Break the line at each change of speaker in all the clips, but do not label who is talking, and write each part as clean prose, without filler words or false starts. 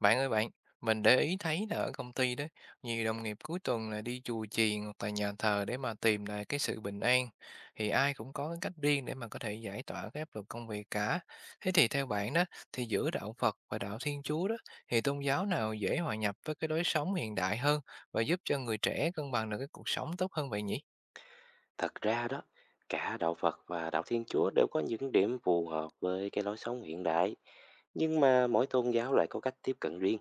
Bạn ơi bạn, mình để ý thấy là ở công ty đó, nhiều đồng nghiệp cuối tuần là đi chùa chiền hoặc là nhà thờ để mà tìm lại cái sự bình an. Thì ai cũng có cái cách riêng để mà có thể giải tỏa cái áp lực công việc cả. Thế thì theo bạn đó, thì giữa đạo Phật và đạo Thiên Chúa đó, thì tôn giáo nào dễ hòa nhập với cái lối sống hiện đại hơn và giúp cho người trẻ cân bằng được cái cuộc sống tốt hơn vậy nhỉ?
Thật ra đó, cả đạo Phật và đạo Thiên Chúa đều có những điểm phù hợp với cái lối sống hiện đại, nhưng mà mỗi tôn giáo lại có cách tiếp cận riêng.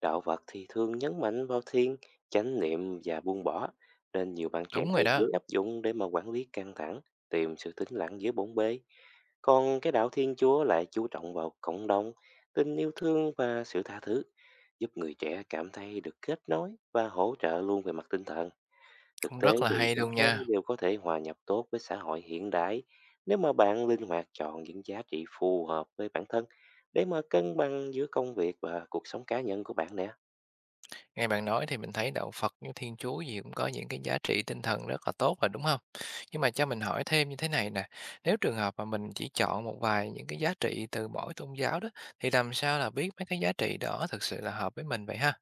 Đạo Phật thì thường nhấn mạnh vào thiền, chánh niệm và buông bỏ, nên nhiều bạn trẻ
Đúng rồi
thấy dễ
đó,
áp dụng để mà quản lý căng thẳng, tìm sự tĩnh lặng giữa bốn bề. Còn cái đạo Thiên Chúa lại chú trọng vào cộng đồng, tình yêu thương và sự tha thứ, giúp người trẻ cảm thấy được kết nối và hỗ trợ luôn về mặt tinh thần. Thực
cũng
tế
rất là
thì
hay
cả
luôn
hai
nha.
đều có thể hòa nhập tốt với xã hội hiện đại nếu mà bạn linh hoạt chọn những giá trị phù hợp với bản thân để mà cân bằng giữa công việc và cuộc sống cá nhân của bạn nè.
Nghe bạn nói thì mình thấy đạo Phật với Thiên Chúa gì cũng có những cái giá trị tinh thần rất là tốt rồi đúng không? Nhưng mà cho mình hỏi thêm như thế này nè, nếu trường hợp mà mình chỉ chọn một vài những cái giá trị từ mỗi tôn giáo đó, thì làm sao là biết mấy cái giá trị đó thực sự là hợp với mình vậy ha?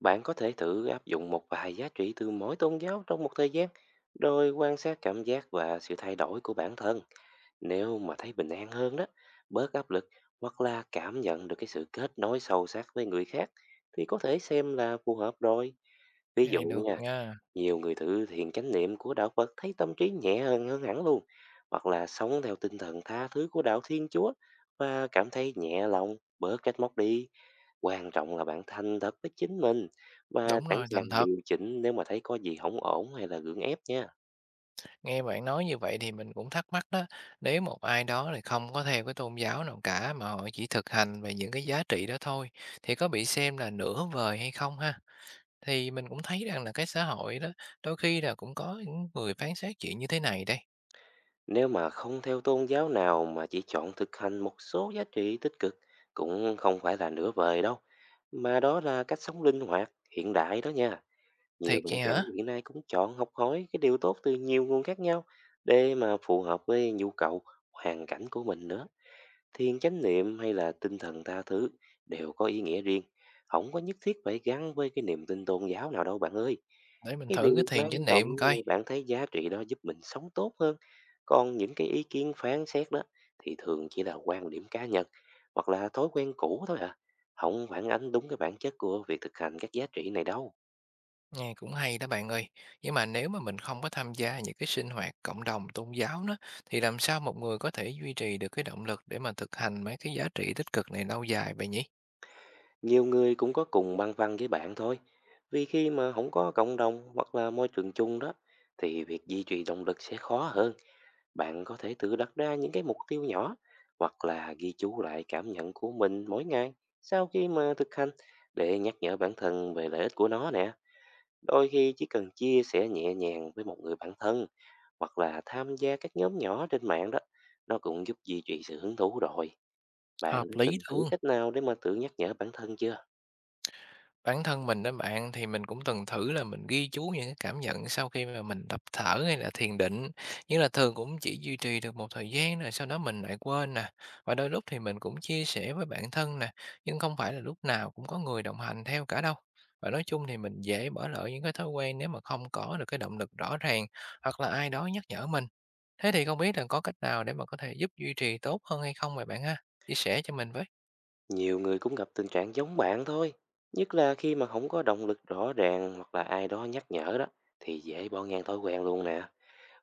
Bạn có thể thử áp dụng một vài giá trị từ mỗi tôn giáo trong một thời gian, rồi quan sát cảm giác và sự thay đổi của bản thân. Nếu mà thấy bình an hơn đó, bớt áp lực hoặc là cảm nhận được cái sự kết nối sâu sắc với người khác thì có thể xem là phù hợp rồi. Ví
Cái
dụ
này được
nha,
nha.
nhiều người thử thiền chánh niệm của đạo Phật thấy tâm trí nhẹ hơn hơn hẳn luôn, hoặc là sống theo tinh thần tha thứ của đạo Thiên Chúa và cảm thấy nhẹ lòng, bớt trách móc đi. Quan trọng là bạn thành thật với chính mình và
Đúng
sẵn
rồi, thành
sàng
thật.
điều chỉnh nếu mà thấy có gì không ổn hay là gượng ép nha.
Nghe bạn nói như vậy thì mình cũng thắc mắc đó. Nếu một ai đó thì không có theo cái tôn giáo nào cả mà họ chỉ thực hành về những cái giá trị đó thôi, thì có bị xem là nửa vời hay không ha? Thì mình cũng thấy rằng là cái xã hội đó, đôi khi là cũng có những người phán xét chuyện như thế này đây.
Nếu mà không theo tôn giáo nào mà chỉ chọn thực hành một số giá trị tích cực cũng không phải là nửa vời đâu, mà đó là cách sống linh hoạt, hiện đại đó nha. Nhiều
Thiệt
bạn
vậy
trẻ
hả?
hiện nay cũng chọn học hỏi cái điều tốt từ nhiều nguồn khác nhau để mà phù hợp với nhu cầu, hoàn cảnh của mình nữa. Thiền chánh niệm hay là tinh thần tha thứ đều có ý nghĩa riêng, không có nhất thiết phải gắn với cái niềm tin tôn giáo nào đâu bạn ơi.
Để mình
Cái
thử cái
điều quan
thiền chánh
trọng
niệm
là
coi.
bạn thấy giá trị đó giúp mình sống tốt hơn. Còn những cái ý kiến phán xét đó thì thường chỉ là quan điểm cá nhân hoặc là thói quen cũ thôi à, không phản ánh đúng cái bản chất của việc thực hành các giá trị này đâu.
Nghe cũng hay đó bạn ơi. Nhưng mà nếu mà mình không có tham gia những cái sinh hoạt cộng đồng tôn giáo đó, thì làm sao một người có thể duy trì được cái động lực để mà thực hành mấy cái giá trị tích cực này lâu dài vậy nhỉ?
Nhiều người cũng có cùng băn khoăn với bạn thôi. Vì khi mà không có cộng đồng hoặc là môi trường chung đó, thì việc duy trì động lực sẽ khó hơn. Bạn có thể tự đặt ra những cái mục tiêu nhỏ hoặc là ghi chú lại cảm nhận của mình mỗi ngày sau khi mà thực hành để nhắc nhở bản thân về lợi ích của nó nè. Đôi khi chỉ cần chia sẻ nhẹ nhàng với một người bạn thân hoặc là tham gia các nhóm nhỏ trên mạng đó, nó cũng giúp duy trì sự hứng thú rồi. Bạn
Hợp
đã
lý
từng thử
luôn.
cách nào để mà tự nhắc nhở bản thân chưa?
Bản thân mình á bạn, thì mình cũng từng thử là mình ghi chú những cái cảm nhận sau khi mà mình tập thở hay là thiền định, nhưng là thường cũng chỉ duy trì được một thời gian rồi sau đó mình lại quên nè. Và đôi lúc thì mình cũng chia sẻ với bạn thân nè, nhưng không phải là lúc nào cũng có người đồng hành theo cả đâu. Và nói chung thì mình dễ bỏ lỡ những cái thói quen nếu mà không có được cái động lực rõ ràng hoặc là ai đó nhắc nhở mình. Thế thì không biết là có cách nào để mà có thể giúp duy trì tốt hơn hay không vậy bạn ha? Chia sẻ cho mình với.
Nhiều người cũng gặp tình trạng giống bạn thôi. Nhất là khi mà không có động lực rõ ràng hoặc là ai đó nhắc nhở đó thì dễ bỏ ngang thói quen luôn nè.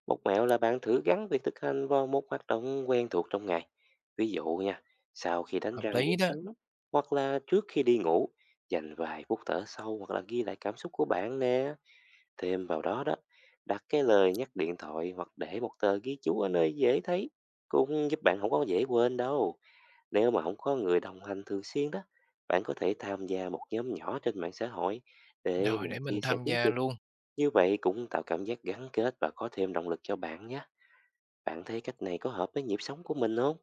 Một mẹo là bạn thử gắn việc thực hành vào một hoạt động quen thuộc trong ngày. Ví dụ nha, sau khi đánh
Hợp
răng buổi
lý đó.
sáng hoặc là trước khi đi ngủ, dành vài phút thở sâu hoặc là ghi lại cảm xúc của bạn nè. Thêm vào đó đó, đặt cái lời nhắc điện thoại hoặc để một tờ ghi chú ở nơi dễ thấy cũng giúp bạn không có dễ quên đâu. Nếu mà không có người đồng hành thường xuyên đó, bạn có thể tham gia một nhóm nhỏ trên mạng xã hội để
Rồi
mà
để
chia
mình
sẻ
tham
kiến
gia
thức.
luôn.
Như vậy cũng tạo cảm giác gắn kết và có thêm động lực cho bạn nhé. Bạn thấy cách này có hợp với nhịp sống của mình không?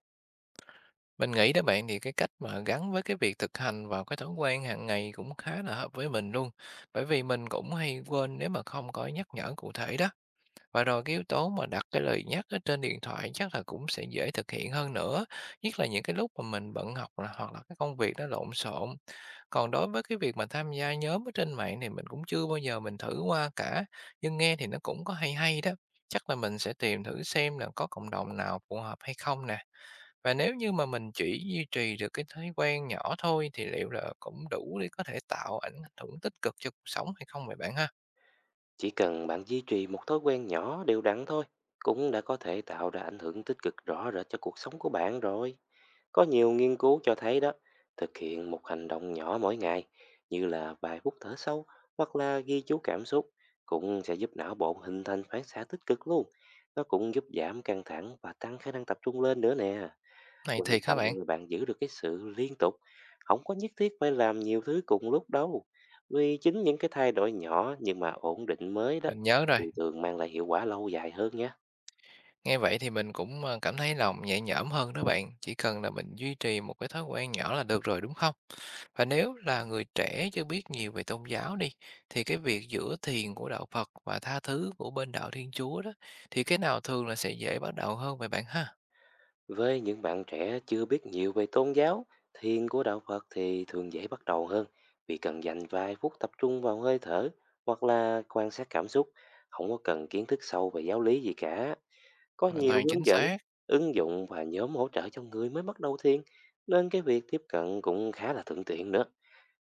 Mình nghĩ đó bạn, thì cái cách mà gắn với cái việc thực hành vào cái thói quen hàng ngày cũng khá là hợp với mình luôn. Bởi vì mình cũng hay quên nếu mà không có nhắc nhở cụ thể đó. Và rồi cái yếu tố mà đặt cái lời nhắc ở trên điện thoại chắc là cũng sẽ dễ thực hiện hơn nữa. Nhất là những cái lúc mà mình hoặc là cái công việc nó lộn xộn. Còn đối với cái việc mà tham gia nhóm ở trên mạng thì mình cũng chưa bao giờ mình thử qua cả. Nhưng nghe thì nó cũng có hay hay đó. Chắc là mình sẽ tìm thử xem là có cộng đồng nào phù hợp hay không nè, và nếu như mà mình chỉ duy trì được cái thói quen nhỏ thôi thì liệu là cũng đủ để có thể tạo ảnh hưởng tích cực cho cuộc sống hay không vậy bạn ha?
Chỉ cần bạn duy trì một thói quen nhỏ đều đặn thôi, cũng đã có thể tạo ra ảnh hưởng tích cực rõ rệt cho cuộc sống của bạn rồi. Có nhiều nghiên cứu cho thấy đó, thực hiện một hành động nhỏ mỗi ngày, như là vài phút thở sâu hoặc là ghi chú cảm xúc, cũng sẽ giúp não bộ hình thành phản xạ tích cực luôn. Nó cũng giúp giảm căng thẳng và tăng khả năng tập trung lên nữa nè.
Này
Quan
thiệt hả
trọng
bạn?
là bạn giữ được cái sự liên tục, không có nhất thiết phải làm nhiều thứ cùng lúc đâu. Vì chính những cái thay đổi nhỏ nhưng mà ổn định mới đó,
Mình nhớ rồi.
thì thường mang lại hiệu quả lâu dài hơn nhé.
Nghe vậy thì mình cũng cảm thấy lòng nhẹ nhõm hơn đó bạn. Chỉ cần là mình duy trì một cái thói quen nhỏ là được rồi đúng không? Và nếu là người trẻ chưa biết nhiều về tôn giáo đi, thì cái việc giữa thiền của đạo Phật và tha thứ của bên đạo Thiên Chúa đó, thì cái nào thường là sẽ dễ bắt đầu hơn vậy bạn ha?
Với những bạn trẻ chưa biết nhiều về tôn giáo, thiền của đạo Phật thì thường dễ bắt đầu hơn, vì cần dành vài phút tập trung vào hơi thở hoặc là quan sát cảm xúc, không có cần kiến thức sâu về giáo lý gì cả. Có
Hoàn
nhiều
toàn chính
hướng dẫn,
xác.
ứng dụng và nhóm hỗ trợ cho người mới bắt đầu thiền, nên cái việc tiếp cận cũng khá là thuận tiện nữa.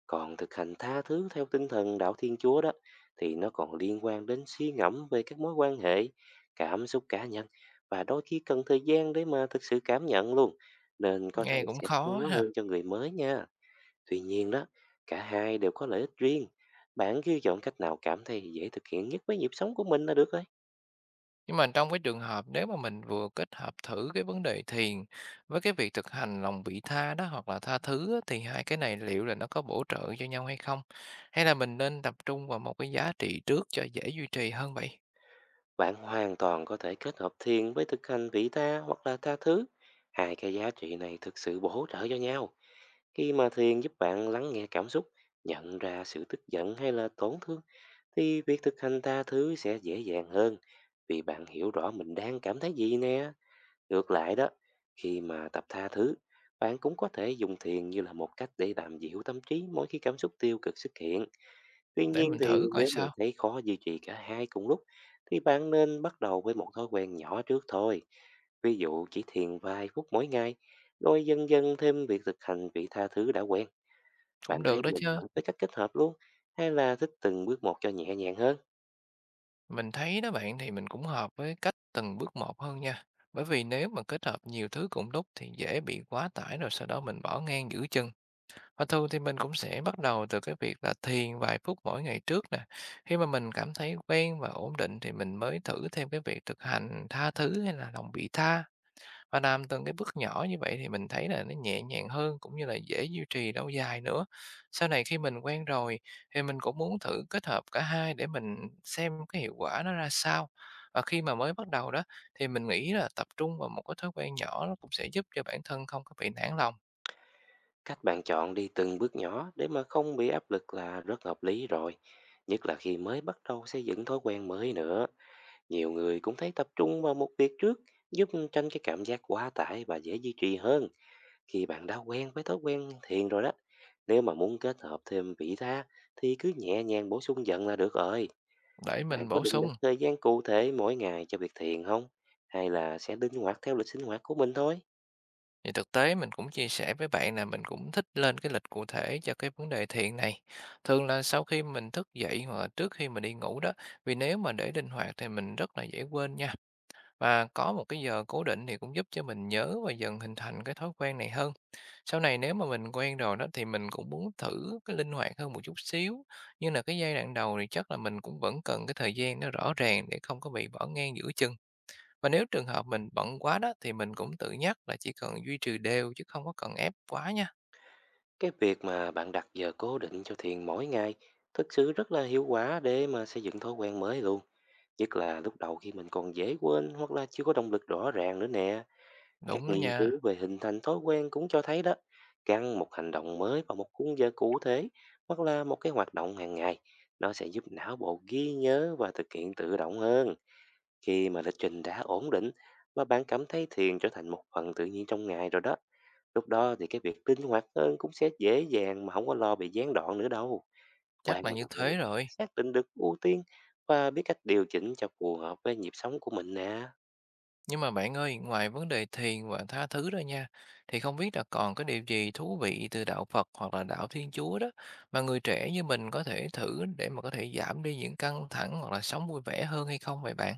Còn thực hành tha thứ theo tinh thần đạo Thiên Chúa đó, thì nó còn liên quan đến suy ngẫm về các mối quan hệ, cảm xúc cá nhân, và đôi khi cần thời gian để mà thực sự cảm nhận luôn, nên có thể
Nghe cũng
sẽ khó
khó
hơn
ha.
cho người mới nha. Tuy nhiên đó, cả hai đều có lợi ích riêng. Bạn cứ chọn cách nào cảm thấy dễ thực hiện nhất với nhịp sống của mình là được rồi.
Nhưng mà trong cái trường hợp nếu mà mình vừa kết hợp thử cái vấn đề thiền với cái việc thực hành lòng vị tha đó hoặc là tha thứ á, thì hai cái này liệu là nó có bổ trợ cho nhau hay không? Hay là mình nên tập trung vào một cái giá trị trước cho dễ duy trì hơn vậy?
Bạn hoàn toàn có thể kết hợp thiền với thực hành vị tha hoặc là tha thứ. Hai cái giá trị này thực sự bổ trợ cho nhau. Khi mà thiền giúp bạn lắng nghe cảm xúc, nhận ra sự tức giận hay là tổn thương, thì việc thực hành tha thứ sẽ dễ dàng hơn. Vì bạn hiểu rõ mình đang cảm thấy gì nè. Ngược lại đó, khi mà tập tha thứ, bạn cũng có thể dùng thiền như là một cách để làm dịu tâm trí mỗi khi cảm xúc tiêu cực xuất hiện. Tuy
Để
nhiên
mình
thì
thử coi
nếu mà
sao.
thấy khó duy trì cả hai cùng lúc thì bạn nên bắt đầu với một thói quen nhỏ trước thôi. Ví dụ chỉ thiền vài phút mỗi ngày, rồi dần dần thêm việc thực hành vị tha thứ đã quen.
Cũng
Bạn
được
thấy
đó
mình
chứ.
hợp với cách kết hợp luôn hay là thích từng bước một cho nhẹ nhàng hơn?
Mình thấy đó bạn, thì mình cũng hợp với cách từng bước một hơn nha. Bởi vì nếu mà kết hợp nhiều thứ cùng lúc thì dễ bị quá tải rồi sau đó mình bỏ ngang giữa chừng. Và thường thì mình cũng sẽ bắt đầu từ cái việc là thiền vài phút mỗi ngày trước nè. Khi mà mình cảm thấy quen và ổn định thì mình mới thử thêm cái việc thực hành tha thứ hay là lòng vị tha. Và làm từng cái bước nhỏ như vậy thì mình thấy là nó nhẹ nhàng hơn cũng như là dễ duy trì lâu dài nữa. Sau này khi mình quen rồi thì mình cũng muốn thử kết hợp cả hai để mình xem cái hiệu quả nó ra sao. Và khi mà mới bắt đầu đó, thì mình nghĩ là tập trung vào một cái thói quen nhỏ nó cũng sẽ giúp cho bản thân không có bị nản lòng.
Cách bạn chọn đi từng bước nhỏ để mà không bị áp lực là rất hợp lý rồi. Nhất là khi mới bắt đầu xây dựng thói quen mới nữa. Nhiều người cũng thấy tập trung vào một việc trước giúp tránh cái cảm giác quá tải và dễ duy trì hơn. Khi bạn đã quen với thói quen thiền rồi đó, nếu mà muốn kết hợp thêm vị tha thì cứ nhẹ nhàng bổ sung dần là được rồi.
Để
Bạn
mình
có
bổ
định đặt
sung.
thời gian cụ thể mỗi ngày cho việc thiền không? Hay là sẽ linh hoạt theo lịch sinh hoạt của mình thôi?
Thì thực tế mình cũng chia sẻ với bạn là mình cũng thích lên cái lịch cụ thể cho cái vấn đề thiền này. Thường là sau khi mình thức dậy hoặc là trước khi mình đi ngủ đó, vì nếu mà để linh hoạt thì mình rất là dễ quên nha. Và có một cái giờ cố định thì cũng giúp cho mình nhớ và dần hình thành cái thói quen này hơn. Sau này nếu mà mình quen rồi đó thì mình cũng muốn thử cái linh hoạt hơn một chút xíu. Nhưng là cái giai đoạn đầu thì chắc là mình cũng vẫn cần cái thời gian nó rõ ràng để không có bị bỏ ngang giữa chừng. Và nếu trường hợp mình bận quá đó thì mình cũng tự nhắc là chỉ cần duy trì đều chứ không có cần ép quá nha.
Cái việc mà bạn đặt giờ cố định cho thiền mỗi ngày thực sự rất là hiệu quả để mà xây dựng thói quen mới luôn. Nhất là lúc đầu khi mình còn dễ quên hoặc là chưa có động lực rõ ràng nữa nè. Các
Đúng đó
nghiên cứu
nha,
về hình thành thói quen cũng cho thấy đó, gắn một hành động mới vào một khung giờ cụ thể hoặc là một cái hoạt động hàng ngày, nó sẽ giúp não bộ ghi nhớ và thực hiện tự động hơn. Khi mà lịch trình đã ổn định và bạn cảm thấy thiền trở thành một phần tự nhiên trong ngày rồi đó, lúc đó thì cái việc linh hoạt hơn cũng sẽ dễ dàng mà không có lo bị gián đoạn nữa đâu.
chắc
Quan
là như
trọng là
thế
bạn đã
rồi.
xác định được ưu tiên và biết cách điều chỉnh cho phù hợp với nhịp sống của mình nè.
Nhưng mà bạn ơi, ngoài vấn đề thiền và tha thứ ra nha, thì không biết là còn cái điều gì thú vị từ đạo Phật hoặc là đạo Thiên Chúa đó mà người trẻ như mình có thể thử để mà có thể giảm đi những căng thẳng hoặc là sống vui vẻ hơn hay không vậy bạn?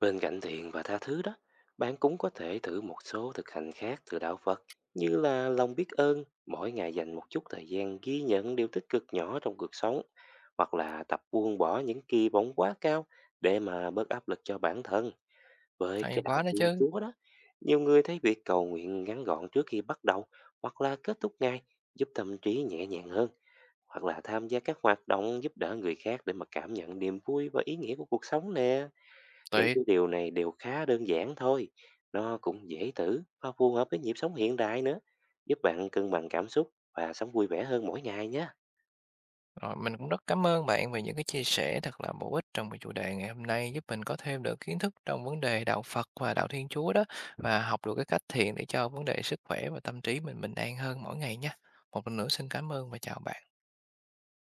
Bên cạnh thiền và tha thứ đó, bạn cũng có thể thử một số thực hành khác từ đạo Phật như là lòng biết ơn, mỗi ngày dành một chút thời gian ghi nhận điều tích cực nhỏ trong cuộc sống hoặc là tập buông bỏ những kỳ vọng quá cao để mà bớt áp lực cho bản thân với
Hay
cái đạo
quá đó
Thiên
chứ.
Chúa đó. Nhiều người thấy việc cầu nguyện ngắn gọn trước khi bắt đầu hoặc là kết thúc ngày giúp tâm trí nhẹ nhàng hơn hoặc là tham gia các hoạt động giúp đỡ người khác để mà cảm nhận niềm vui và ý nghĩa của cuộc sống nè. Những
Tuyệt.
cái điều này đều khá đơn giản thôi, nó cũng dễ thử và phù hợp với nhịp sống hiện đại nữa, giúp bạn cân bằng cảm xúc và sống vui vẻ hơn mỗi ngày nhé.
Rồi, mình cũng rất cảm ơn bạn về những cái chia sẻ thật là bổ ích trong cái chủ đề ngày hôm nay, giúp mình có thêm được kiến thức trong vấn đề đạo Phật và đạo Thiên Chúa đó và học được cái cách thiền để cho vấn đề sức khỏe và tâm trí mình bình an hơn mỗi ngày nha. Một lần nữa xin cảm ơn và chào bạn.